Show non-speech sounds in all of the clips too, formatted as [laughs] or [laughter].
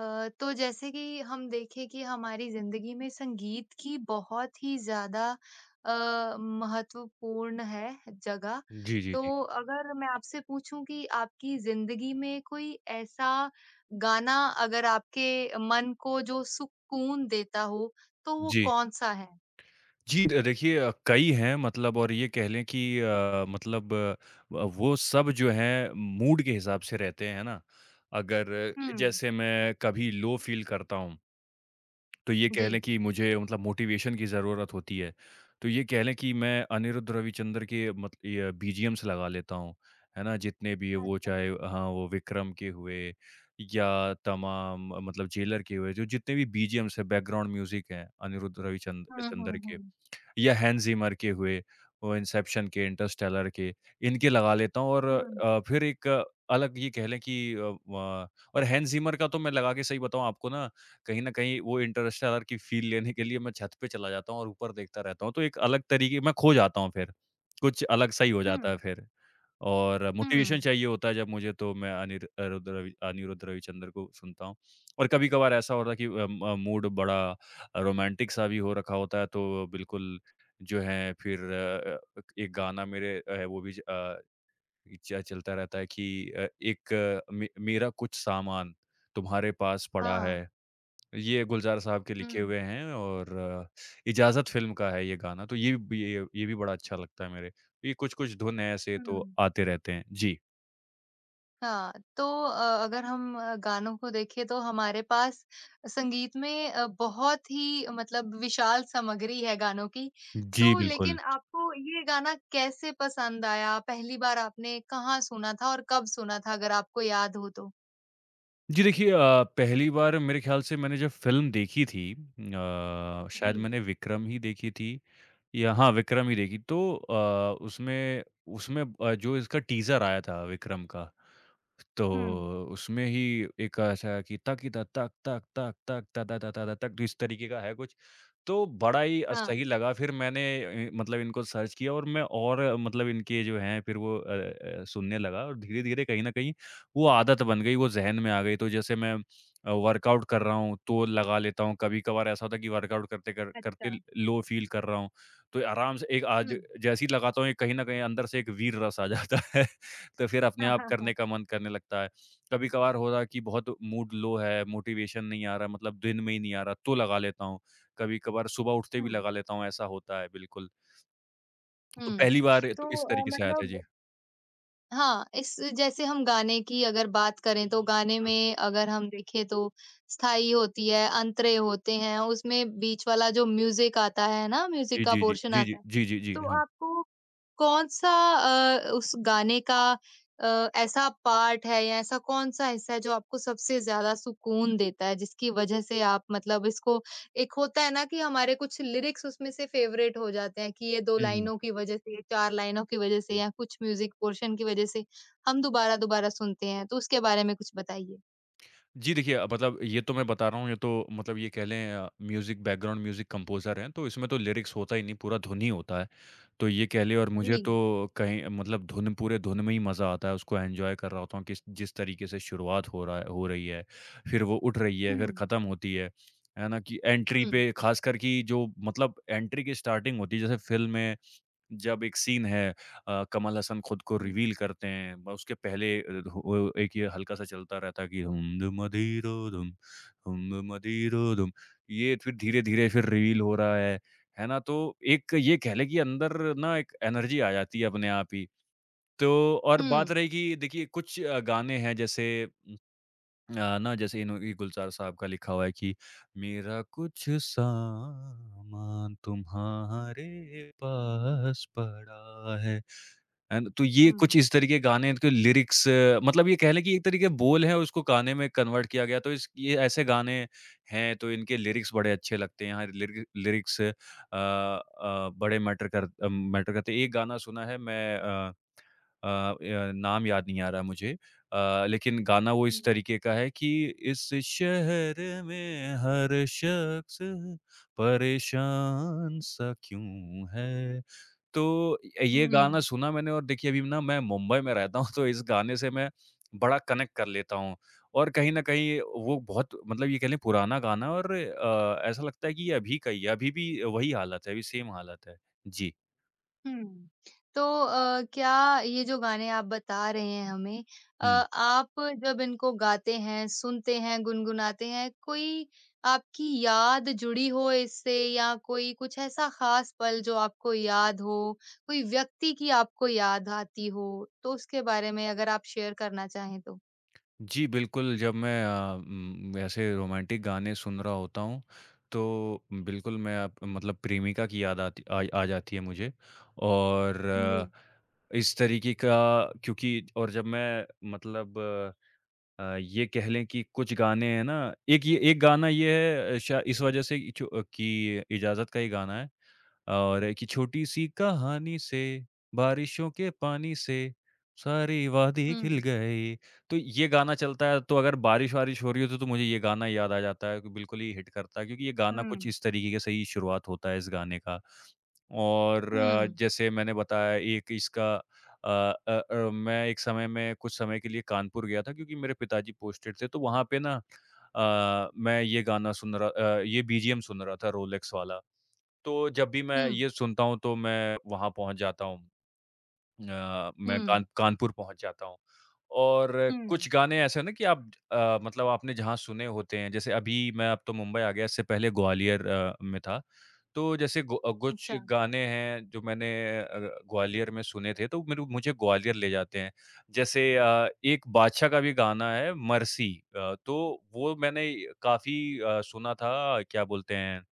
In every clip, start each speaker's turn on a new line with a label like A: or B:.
A: तो जैसे कि हम देखें कि हमारी जिंदगी में संगीत की बहुत ही ज्यादा महत्वपूर्ण है जगह।
B: जी, जी,
A: तो
B: जी।
A: अगर मैं आपसे पूछूं कि आपकी जिंदगी में कोई ऐसा गाना अगर आपके मन को जो सुकून देता हो तो वो
B: जी।
A: कौन सा है?
B: जी, द देखिए, कई हैं मतलब और ये कह लें कि मतलब, वो सब जो हैं मूड के हिसाब से रहते हैं, है ना? अगर
A: हम्म।
B: जैसे मैं कभी लो फ़ील करता हूँ तो ये कह लें
A: जी।
B: कि मुझे मतलब मोटिवेशन की ज़रूरत होती है। तो ये कह लें कि मैं अनिरुद्ध रविचंद्र के मत ये बीजीएम्स लगा लेता हूँ, है ना? जितने भी वो
A: अच्छा।
B: चाहे हाँ, वो विक्रम के हुए या तमाम मतलब जेलर के हुए, जो जितने भी बीजीएम्स हैं, बैकग्राउंड म्यूज़िक हैं अनिरुद्ध रविचंद चंद्र के।
A: हम्म।
B: या हैंस जिमर के हुए, वो इंसेप्शन के, इंटरस्टेलर के, इनके लगा लेता हूँ और
A: हम्म
B: फिर एक अलग ये कह लें कि अ, व और हैंस जिमर का तो मैं लगा के सही बताऊँ आपको ना, कहीं न कहीं वो इंटरस्टेलर की फ़ील लेने के लिए मैं छत पे चला जाता हूँ और ऊपर देखता रहता हूँ, तो एक अलग तरीके मैं खो जाता हूँ फिर, कुछ अलग सा ही हो जाता है
A: हम्म।
B: फिर। और
A: हम्म।
B: मोटिवेशन चाहिए होता है जब मुझे तो मैं अनिरुद्ध रविचंद्र को सुनता हूँ और कभी-कभार ऐसा होता है कि अ, म मूड बड़ा रोमांटिक सा भी हो रखा होता है, तो बिल्कुल जो है फिर, एक गाना मेरे अ, वो भी ज- अ, च चलता रहता है कि एक अ, मे मेरा कुछ सामान तुम्हारे पास पड़ा है।
A: हाँ।
B: ये गुलज़ार साहब के लिखे
A: हम्म
B: हुए हैं और इजाज़त फ़िल्म का है ये गाना, तो ये भी ये भी बड़ा अच्छा लगता है मेरे। ये कुछ-कुछ धुन हैं ऐसे तो
A: हम्म।
B: आते रहते हैं। जी।
A: हाँ, तो अगर हम गानों को देखें तो हमारे पास संगीत में बहुत ही मतलब विशाल सामग्री है गानों की।
B: जी,
A: तो लेकिन
B: बिल्कुल।
A: आपको ये गाना कैसे पसंद आया? पहली बार आपने कहाँ सुना था और कब सुना था अगर आपको याद हो तो?
B: जी, देखिए, पहली बार मेरे ख़्याल से मैंने जब फ़िल्म देखी थी, शायद
A: जी।
B: मैंने विक्रम ही देखी थी। या हाँ, विक्रम ही देखी। तो, उसमें उसमें अ, जो इसका टीज़र आया था विक्रम का तो
A: हुँ।
B: उसमें ही एक ऐसा कि तक ही तक तक तक तक तक ता ता ता ता ता तक इस तरीके का है कुछ। तो बड़ा ही,
A: हाँ।
B: सही लगा फिर मैंने इ मतलब इनको सर्च किया और मैं और, मतलब इनके जो हैं फिर वो, सुनने लगा और धीरे-धीरे कहीं न कहीं वो आदत बन गई, वो ज़हन में आ गई। तो जैसे मैं, वर्कआउट कर रहा हूँ तो लगा लेता हूँ, कभी-कभार ऐसा होता है कि वर्कआउट करते कर
A: अच्छा।
B: करते लो फ़ील कर रहा हूँ, तो आराम से एक आज
A: हुँ।
B: जैसे ही लगाता हूँ, एक कहीं न कहीं अंदर से एक वीर रस आ जाता है। तो फिर
A: [laughs]
B: अपने
A: हाँ,
B: आप
A: हाँ, हाँ।
B: करने का मन करने लगता है। कभी-कभार हो रहा है कि बहुत मूड लो है, मोटिवेशन नहीं आ रहा मतलब दिन में ही नहीं आ रहा तो लगा लेता हूँ। कभी-कभार सुबह उठते भी
A: हुँ।
B: लगा लेता हूँ, ऐसा होता है बिल्कुल। तो
A: हुँ।
B: पहली
A: [laughs]
B: बार
A: तो
B: तो इस तरीके से आया था
A: मतलब
B: जी।
A: हाँ, इस जैसे हम गाने की अगर बात करें तो गाने
B: हाँ।
A: में अगर हम देखें तो स्थाई होती है, अंतरे होते हैं, उसमें बीच वाला जो म्यूज़िक आता है ना, म्यूज़िक
B: जी,
A: का
B: जी, जी।
A: पोर्शन
B: जी,
A: आता
B: जी।
A: है।
B: जी, जी, जी।
A: तो
B: हाँ।
A: आपको कौन-सा उस गाने का अ, ऐसा पार्ट है या ऐसा कौन-सा हिस्सा है जो आपको सबसे ज़्यादा सुकून देता है जिसकी वज़ह से आप मतलब इसको एक होता है ना कि हमारे कुछ लिरिक्स उसमें से फेवरेट हो जाते हैं कि ये 2
B: हुँ, हुँ।
A: लाइनों की वजह से, 4 लाइनों की वजह से
B: हुँ।
A: या कुछ म्यूज़िक पोर्शन की वजह से हम दोबारा-दोबारा सुनते हैं, तो उसके बारे में कुछ बताइए?
B: जी देखिए, मतलब ये तो मैं बता रहा हूँ, ये तो मतलब ये कह लें, म्यूज़िक बैकग्राउंड म्यूज़िक कंपोज़र हैं, तो इसमें तो लिरिक्स होता ही नहीं, पूरा धुन ही होता है। तो ये कह लें और
A: जी।
B: मुझे तो कहीं मतलब धुन पूरे धुन में ही मज़ा आता है, उसको एन्जॉय कर रहा होता हूँ किस जिस तरीके से शुरुआत हो रही है, फिर वो उठ रही है, फिर
A: हुँ,
B: ख़त्म होती है। है ना? कि एंट्री
A: हुँ,
B: पे ख़ासकर कि जो मतलब एंट्री की स्टार्टिंग होती है, जैसे फ़िल्म में जब एक सीन है, कमल हसन खुद को
A: हुँ,
B: रिवील करते हैं, ब उसके पहले, वो एक ये हल्का-सा चलता रहता है कि हुम दुम अधीरो दुम, हुम दुम अधीरो दुम। ये फिर धीरे-धीरे फिर रिवील हो रहा है ना? तो एक ये कह लें कि अंदर ना एक एनर्जी आ जाती है अपने आप ही। तो और
A: हुँ,
B: बात रही कि देखिए कुछ, गाने हैं जैसे, ना जैसे इन्हों ये गुलज़ार साहब का लिखा हुआ है कि मेरा कुछ सामान तुम्हारे पास पड़ा है। है ना? तो ये
A: हुँ,
B: कुछ इस तरीके गाने के लिरिक्स मतलब ये कह लें कि एक तरीके बोल हैं उसको गाने में कन्वर्ट किया गया तो इस ये ऐसे गाने हैं तो इनके लिरिक्स बड़े अच्छे लगते हैं। यहाँ लिरिक्स, बड़े मैटर करते हैं। एक गाना सुना है मैं, नाम याद नहीं आ रहा मुझे, लेकिन गाना वो इस तरीके का है कि इस शहर में हर शख्स परेशान सा क्यों है। तो ये गाना
A: हुँ।
B: सुना मैंने और देखिए अभी ना मैं मुंबई में रहता हूँ तो इस गाने से मैं बड़ा कनेक्ट कर लेता हूँ और कहीं न कहीं वो बहुत मतलब ये कह लें पुराना गाना है और, ऐसा लगता है कि ये अभी का ही है, अभी भी वही हालत है, अभी सेम हालत है। जी।
A: हुँ। तो क्या ये जो गाने आप बता रहे हैं हमें
B: हुँ।
A: आप जब इनको गाते हैं, सुनते हैं, गुनगुनाते हैं, कोई आपकी याद जुड़ी हो इससे या कोई कुछ ऐसा ख़ास पल जो आपको याद हो, कोई व्यक्ति की आपको याद आती हो, तो उसके बारे में अगर आप शेयर करना चाहें तो?
B: जी, बिल्कुल, जब मैं, ऐसे रोमांटिक गाने सुन रहा होता हूँ, तो बिल्कुल मैं अप मतलब प्रेमिका की याद आती आ आ जाती है मुझे और
A: जी।
B: आ, इस तरीके का क्योंकि और जब मैं मतलब, ये कह लें कि कुछ गाने हैं ना एक ये एक गाना ये है अ, शा इस वजह से कि चो कि इजाज़त का ही गाना है और कि छोटी-सी कहानी से, बारिशों के पानी से, सारे वादे खिल
A: हुँ,
B: गए। तो ये गाना चलता है तो अगर बारिश-वारिश हो रही हो तो मुझे ये गाना याद आ जाता है कि बिल्कुल ही हिट करता है क्योंकि ये गाना कुछ
A: हुँ,
B: इस तरीके से ही शुरुआत होता है इस गाने का। और,
A: हुँ,
B: जैसे मैंने बताया एक इसका अ मैं एक समय में कुछ समय के लिए कानपुर गया था क्योंकि मेरे पिताजी पोस्टेड थे तो वहाँ पे ना, मैं ये गाना ये बीजीएम सुन रहा था रोलेक्स वाला। तो जब भी मैं
A: हुँ,
B: ये सुनता हूँ तो मैं वहाँ पहुँच जाता हूँ। मैं
A: हुँ,
B: कानपुर पहुँच जाता हूँ। और
A: हुँ,
B: कुछ गाने ऐसे हैं ना कि आप, मतलब आपने जहाँ सुने होते हैं, जैसे अभी मैं अब तो मुंबई आ गया, इससे पहले ग्वालियर, में था। तो जैसे कुछ
A: अच्छा,
B: गाने हैं जो मैंने अ, ग्वालियर में सुने थे, तो मेरे मुझे ग्वालियर ले जाते हैं। जैसे, एक बादशाह का भी गाना है, मरसी, तो वो मैंने काफ़ी, सुना था, क्या बोलते हैं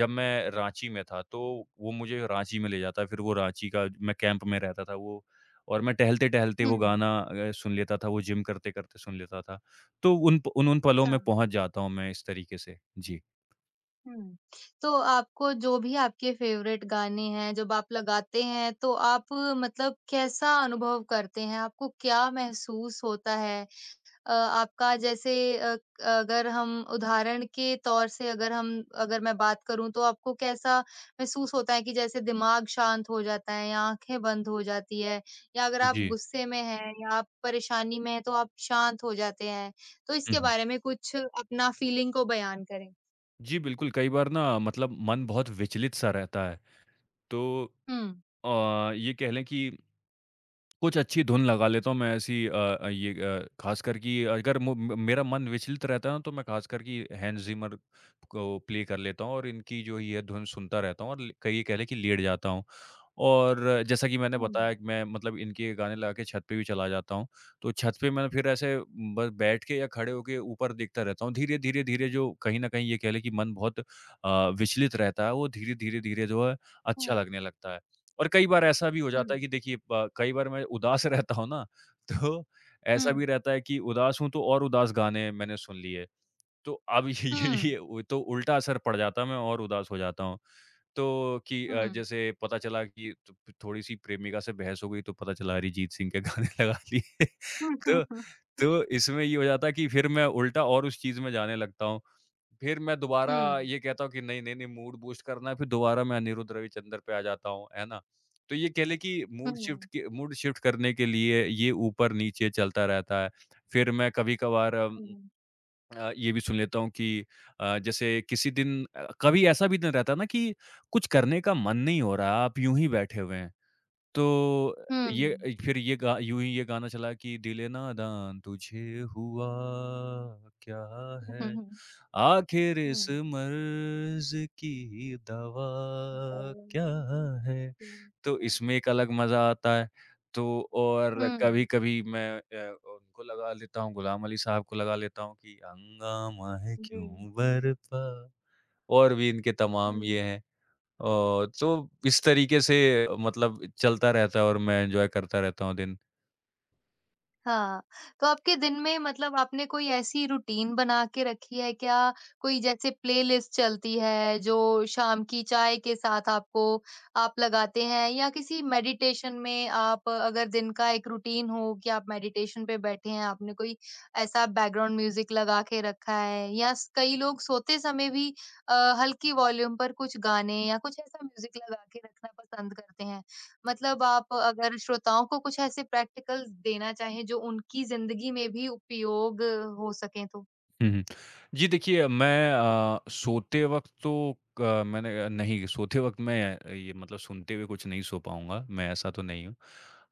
B: जब मैं राँची में था, तो वो मुझे राँची में ले जाता, फिर वो राँची का मैं कैंप में रहता था वो और मैं टहलते-टहलते
A: हुँ,
B: वो गाना, सुन लेता था, वो जिम करते-करते सुन लेता था। तो उन प उन उन पलों में
A: अच्छा।
B: पहुँच जाता हूँ मैं इस तरीके से। जी।
A: हुँ। तो आपको जो भी आपके फ़ेवरेट गाने हैं, जब आप लगाते हैं तो आप मतलब कैसा अनुभव करते हैं? आपको क्या महसूस होता है? आपका जैसे अ, अगर हम उदाहरण के तौर से अगर हम अगर मैं बात करूँ तो आपको कैसा महसूस होता है कि जैसे दिमाग शांत हो जाता है या आँखें बंद हो जाती है? या अगर आप
B: जी।
A: गुस्से में हैं या आप परेशानी में हैं तो आप शांत हो जाते हैं? तो
B: हुँ,
A: इसके
B: हुँ।
A: बारे में कुछ अपना फ़ीलिंग को बयान करें।
B: जी, बिल्कुल, कई बार ना मतलब मन बहुत विचलित-सा रहता है। तो
A: हुँ,
B: अ, ये कह लें कि कुछ अच्छी धुन लगा लेता हूँ मैं ऐसी, ये, ख़ासकर कि अगर मु म मेरा मन विचलित रहता है ना तो मैं ख़ासकर कि हैंज़ ज़िमर को प्ले कर लेता हूँ और इनकी जो ये धुन सुनता रहता हूँ और ल कहिए कह लें कि लेट जाता हूँ। और जैसा कि मैंने
A: हुँ।
B: बताया कि मैं मतलब इनके गाने लगा के छत पे भी चला जाता हूँ। तो छत पे मैं फिर ऐसे बस बैठ के या खड़े होके ऊपर देखता रहता हूँ। धीरे-धीरे, धीरे धीरे जो कहीं न कहीं ये कह लें कि मन बहुत, विचलित रहता है वो धीरे-धीरे, धीरे धीरे जो है
A: हुँ।
B: अच्छा लगने लगता है। और कई बार ऐसा भी हो
A: हुँ,
B: जाता है कि देखिए ब कई बार मैं उदास [laughs] रहता हूँ ना, तो
A: हुँ,
B: ऐसा भी रहता है कि उदास हूँ तो और उदास गाने मैंने सुन लिए। तो अब [laughs]
A: हुँ,
B: ये वो तो उल्टा असर पड़ जाता है, मैं और उदास हो जाता हूँ। तो कि
A: हुँ।
B: अ, जैसे पता चला कि थ थोड़ी-सी प्रेमिका से बहस हो गई तो पता चला अरिजीत सिंह के गाने [laughs] लगा लिए।
A: हुँ, हुँ,
B: तो
A: हुँ,
B: तो इसमें ये हो जाता है कि फिर मैं उल्टा और उस चीज़ में जाने लगता हूँ। फिर मैं दोबारा
A: हुँ,
B: ये कहता हूँ कि नहीं, नहीं, नहीं मूड बूस्ट करना है फिर दोबारा मैं अनिरुद्ध रविचंद्र पे आ जाता हूँ, है ना? तो ये कह लें कि
A: हुँ,
B: मूड शिफ्ट करने के लिए ये ऊपर-नीचे चलता रहता है। फिर मैं कभी-कभार
A: हुँ,
B: ये भी सुन लेता हूँ कि, जैसे किसी दिन, कभी ऐसा भी दिन रहता है ना कि कुछ करने का मन नहीं हो रहा, आप यूँ ही बैठे हुए हैं। तो ये, फिर ये गा यूँ ही ये गाना चला कि दिल नादान तुझे हुआ क्या है?
A: हुँ।
B: आखिर इस
A: हुँ।
B: मर्ज़ की दवा क्या है? तो इसमें एक अलग मज़ा आता है। तो और
A: हुँ,
B: कभी-कभी मैं उनको लगा लेता हूँ, गुलाम अली साहब को लगा लेता हूँ कि हंगामा है
A: जी,
B: क्यों बरपा, और भी इनके तमाम
A: हुँ।
B: ये हैं। अ, तो इस तरीके से मतलब चलता रहता है और मैं एन्जॉय करता रहता हूँ दिन।
A: हाँ, तो आपके दिन में मतलब आपने कोई ऐसी रूटीन बना के रखी है क्या? कोई जैसे प्लेलिस्ट चलती है जो शाम की चाय के साथ आपको आप लगाते हैं या किसी मेडिटेशन में आप अगर दिन का एक रूटीन हो कि आप मेडिटेशन पे बैठे हैं, आपने कोई ऐसा बैकग्राउंड म्यूजिक लगा के रखा है या स कई लोग सोते समय भी अ, हल्की वॉल्यूम पर कुछ गाने या कुछ ऐसा म्यूजिक लगा के रखना पसंद करते हैं। मतलब आप अगर श्रोताओं को कुछ ऐसे प्रैक्टिकल्स देना चाहें जो उनकी ज़िंदगी में भी उपयोग हो सकें तो?
B: हुँ, हुँ। जी देखिए, मैं सोते वक़्त तो नहीं, सोते वक़्त मैं ये मतलब सुनते हुए कुछ नहीं सो पाऊँगा, मैं ऐसा तो नहीं हूँ।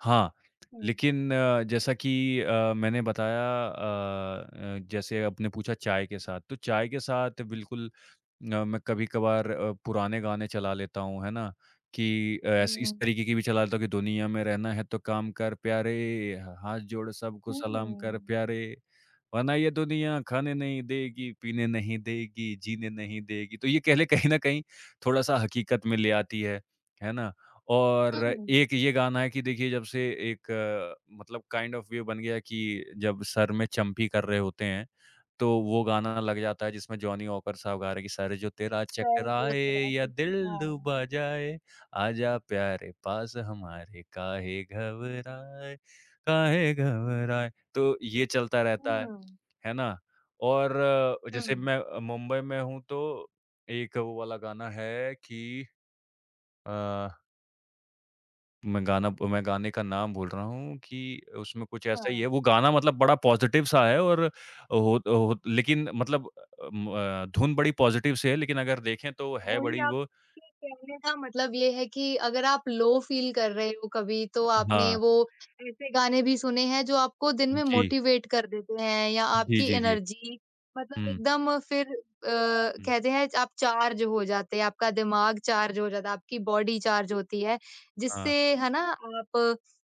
B: हाँ।
A: हुँ,
B: लेकिन जैसा कि मैंने बताया जैसे आपने पूछा चाय के साथ, तो चाय के साथ बिल्कुल, मैं कभी-कभार पुराने गाने चला लेता हूँ, है ना? कि अ, ऐस इस
A: हुँ,
B: तरीके की भी चला लेता हूँ कि दुनिया में रहना है तो काम कर प्यारे, ह हाथ जोड़ सबको सलाम कर
A: हुँ,
B: प्यारे, वरना ये दुनिया खाने नहीं देगी, पीने नहीं देगी, जीने नहीं देगी। तो ये कह लें कहीं न कहीं थोड़ा-सा हकीकत में ले आती है ना? और
A: हुँ,
B: एक ये गाना है कि देखिए, जब से एक मतलब काइंड ऑफ ये बन गया कि जब सर में चंपी कर रहे होते हैं तो वो गाना लग जाता है जिसमें जॉनी वॉकर साहब गा रहे हैं कि सर जो तेरा
A: ज़रूर,
B: चकराए
A: ज़रूर, हाँ,
B: या
A: हुँ,
B: दिल
A: हुँ।
B: डूबा जाए आजा प्यारे पास हमारे काहे घबराए काहे घबराए। तो ये चलता रहता
A: हाँ।
B: है ना? और जैसे
A: हम्म
B: मैं मुंबई में हूँ तो एक वो वाला गाना है कि अ मैं गाने का नाम बोल रहा हूँ कि उसमें कुछ ऐसा ही
A: हम्म।
B: है, वो गाना मतलब बड़ा पॉज़िटिव सा है और हो लेकिन मतलब धुन बड़ी पॉज़िटिव सी है, लेकिन अगर देखें तो है
A: वही
B: बड़ी वो।
A: आपके कहने का मतलब ये है कि अगर आप लो फ़ील कर रहे हो कभी, तो आपने
B: हाँ,
A: वो ऐसे गाने भी सुने हैं जो आपको दिन में
B: जी।
A: मोटिवेट कर देते हैं या
B: जी,
A: आपकी
B: जी, जी।
A: एनर्जी मतलब
B: हुँ,
A: एकदम फिर
B: हुँ,
A: कहते हैं आप चार्ज हो जाते हैं, आपका दिमाग चार्ज हो जाता है, आपकी बॉडी चार्ज होती है, जिससे
B: हाँ।
A: है ना आप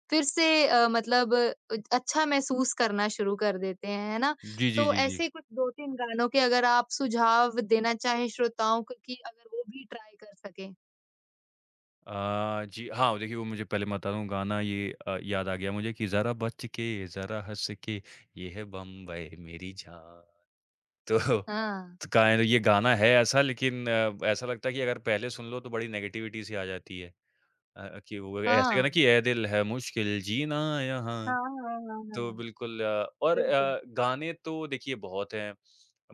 A: फिर से मतलब अच्छा महसूस करना शुरू कर देते हैं, है ना?
B: जी, जी,
A: तो
B: जी, जी।
A: ऐसे कुछ 2-3 गानों के अगर आप सुझाव देना चाहें श्रोताओं को कि अगर वो भी ट्राई कर सकें?
B: जी, हाँ, देखिए वो मुझे पहले मैं बता दूँ, गाना ये याद आ गया मुझे कि ज़रा बच के, ज़रा हँस के, ये है बम्बई मेरी जान। तो
A: हाँ,
B: त गाएँ ये गाना है ऐसा, लेकिन ऐसा लगता है कि अगर पहले सुन लो तो बड़ी नेगेटिविटी सी आ जाती है। कि वो ऐसे गाना
A: हाँ।
B: कि ए दिल है मुश्किल जीना यहाँ।
A: हाँ, हाँ, हाँ,
B: तो
A: हाँ।
B: बिल्कुल और
A: बिल्कुल।
B: गाने तो देखिए बहुत हैं।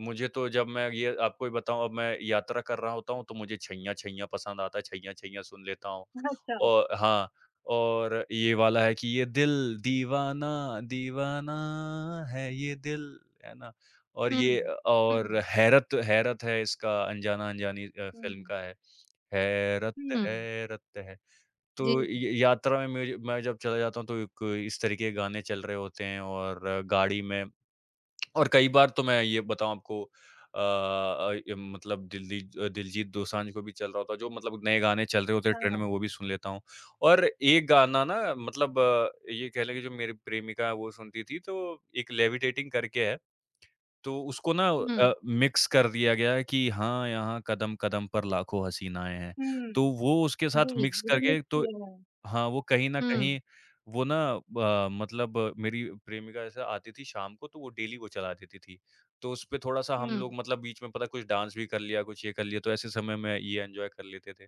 B: मुझे तो जब मैं ये आपको ये बताऊँ, अब मैं यात्रा कर रहा होता हूँ तो मुझे छैया छैया पसंद आता है, छैया छैया सुन लेता हूँ।
A: [laughs] अच्छा।
B: और हाँ, और ये वाला है कि ये दिल दीवाना दीवाना है ये दिल, है ना? और
A: हुँ,
B: ये और
A: हुँ,
B: हैरत हैरत है इसका अनजाना अनजानी फ़िल्म
A: हुँ,
B: का है। हैरत
A: हुँ।
B: हैरत है।
A: जी।
B: तो य यात्रा में मेरी मैं जब चला जाता हूँ तो एक इस तरीके के गाने चल रहे होते हैं और गाड़ी में। और कई बार तो मैं ये बताऊँ आपको अ अ, य मतलब दिलदीज दिलजीत दोसांझ को भी चल रहा होता है, जो मतलब नए गाने चल रहे होते हैं ट्रेंड में,
A: हाँ।
B: वो भी सुन लेता हूँ। और एक गाना ना मतलब ये कह लें कि जो मेरी प्रेमिका है वो सुनती थी, तो एक लेविटेटिंग करके है, तो उसको ना
A: हुँ,
B: मिक्स कर दिया गया है कि हाँ, यहाँ कदम-कदम पर लाखों हसीनाएँ हैं।
A: हुँ।
B: तो वो उसके साथ
A: जी,
B: मिक्स करके।
A: रिमिक्स
B: तो
A: किया है।
B: हाँ, वो कहीं न
A: हुँ,
B: कहीं वो ना मतलब मेरी प्रेमिका जैसे आती थी शाम को, तो वो डेली वो चला देती थी। तो उसपे थोड़ा-सा हम
A: हुँ,
B: लोग मतलब बीच में पता कुछ डांस भी कर लिया, कुछ ये कर लिया, तो ऐसे समय में ये एन्जॉय कर लेते थे।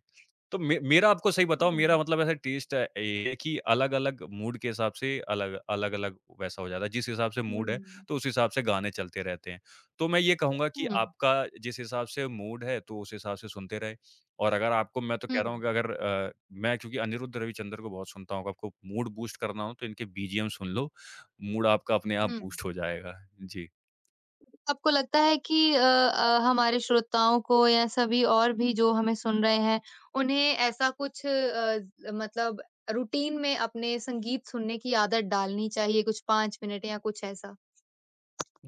B: तो मे मेरा आपको सही बताऊँ,
A: हुँ,
B: मेरा मतलब ऐसा टेस्ट है ये कि अलग-अलग मूड के हिसाब से अलग-अलग वैसा हो जाता है। जिस हिसाब से मूड है,
A: हुँ,
B: तो उस हिसाब से गाने चलते रहते हैं। तो मैं ये कहूँगा कि
A: हुँ,
B: आपका जिस हिसाब से मूड है, तो उस हिसाब से सुनते रहें। और अगर आपको मैं तो
A: हुँ,
B: कह रहा हूँ कि अगर मैं क्योंकि अनिरुद्ध रविचंद्र को बहुत सुनता हूँ, आपको मूड बूस्ट करना हो तो इनके बीजीएम सुन लो, मूड आपका अपने आप
A: हुँ।
B: बूस्ट हो जाएगा। जी।
A: आपको लगता है कि हमारे श्रोताओं को या सभी और भी जो हमें सुन रहे हैं, उन्हें ऐसा कुछ ज मतलब रूटीन में अपने संगीत सुनने की आदत डालनी चाहिए, कुछ 5 मिनट या कुछ ऐसा?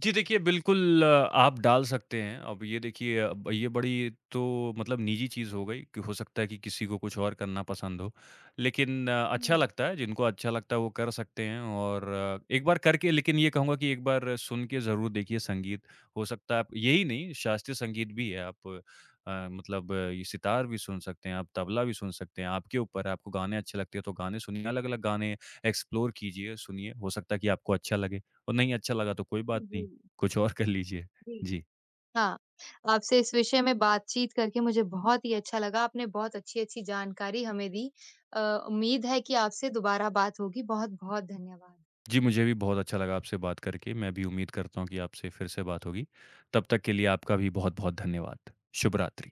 B: जी देखिए, बिल्कुल आप डाल सकते हैं। अब ये देखिए, अब ये बड़ी तो मतलब निजी चीज़ हो गई कि हो सकता है कि किसी को कुछ और करना पसंद हो। लेकिन
A: हुँ,
B: अच्छा लगता है, जिनको अच्छा लगता है वो कर सकते हैं और एक बार करके लेकिन ये कहूँगा कि एक बार सुन के ज़रूर देखिए संगीत। हो सकता है आप यही नहीं, शास्त्रीय संगीत भी है, आप मतलब ये सितार भी सुन सकते हैं, आप तबला भी सुन सकते हैं, आपके ऊपर है, आपको गाने अच्छे लगते हैं तो गाने सुनिए, अलग-अलग गाने एक्सप्लोर कीजिए, सुनिए, हो सकता है कि आपको अच्छा लगे और नहीं अच्छा लगा तो कोई बात नहीं।
A: जी,
B: कुछ और कर लीजिए।
A: जी।
B: जी।
A: हाँ, आपसे इस विषय में बातचीत करके मुझे बहुत ही अच्छा लगा, आपने बहुत अच्छी-अच्छी जानकारी हमें दी। अ, उम्मीद है कि आपसे दोबारा बात होगी। बहुत-बहुत धन्यवाद।
B: जी, मुझे भी बहुत अच्छा लगा आपसे बात करके। मैं भी उम्मीद करता हूँ कि आपसे फिर से बात होगी। तब तक के लिए आपका भी बहुत-बहुत धन्यवाद। शुभ रात्रि।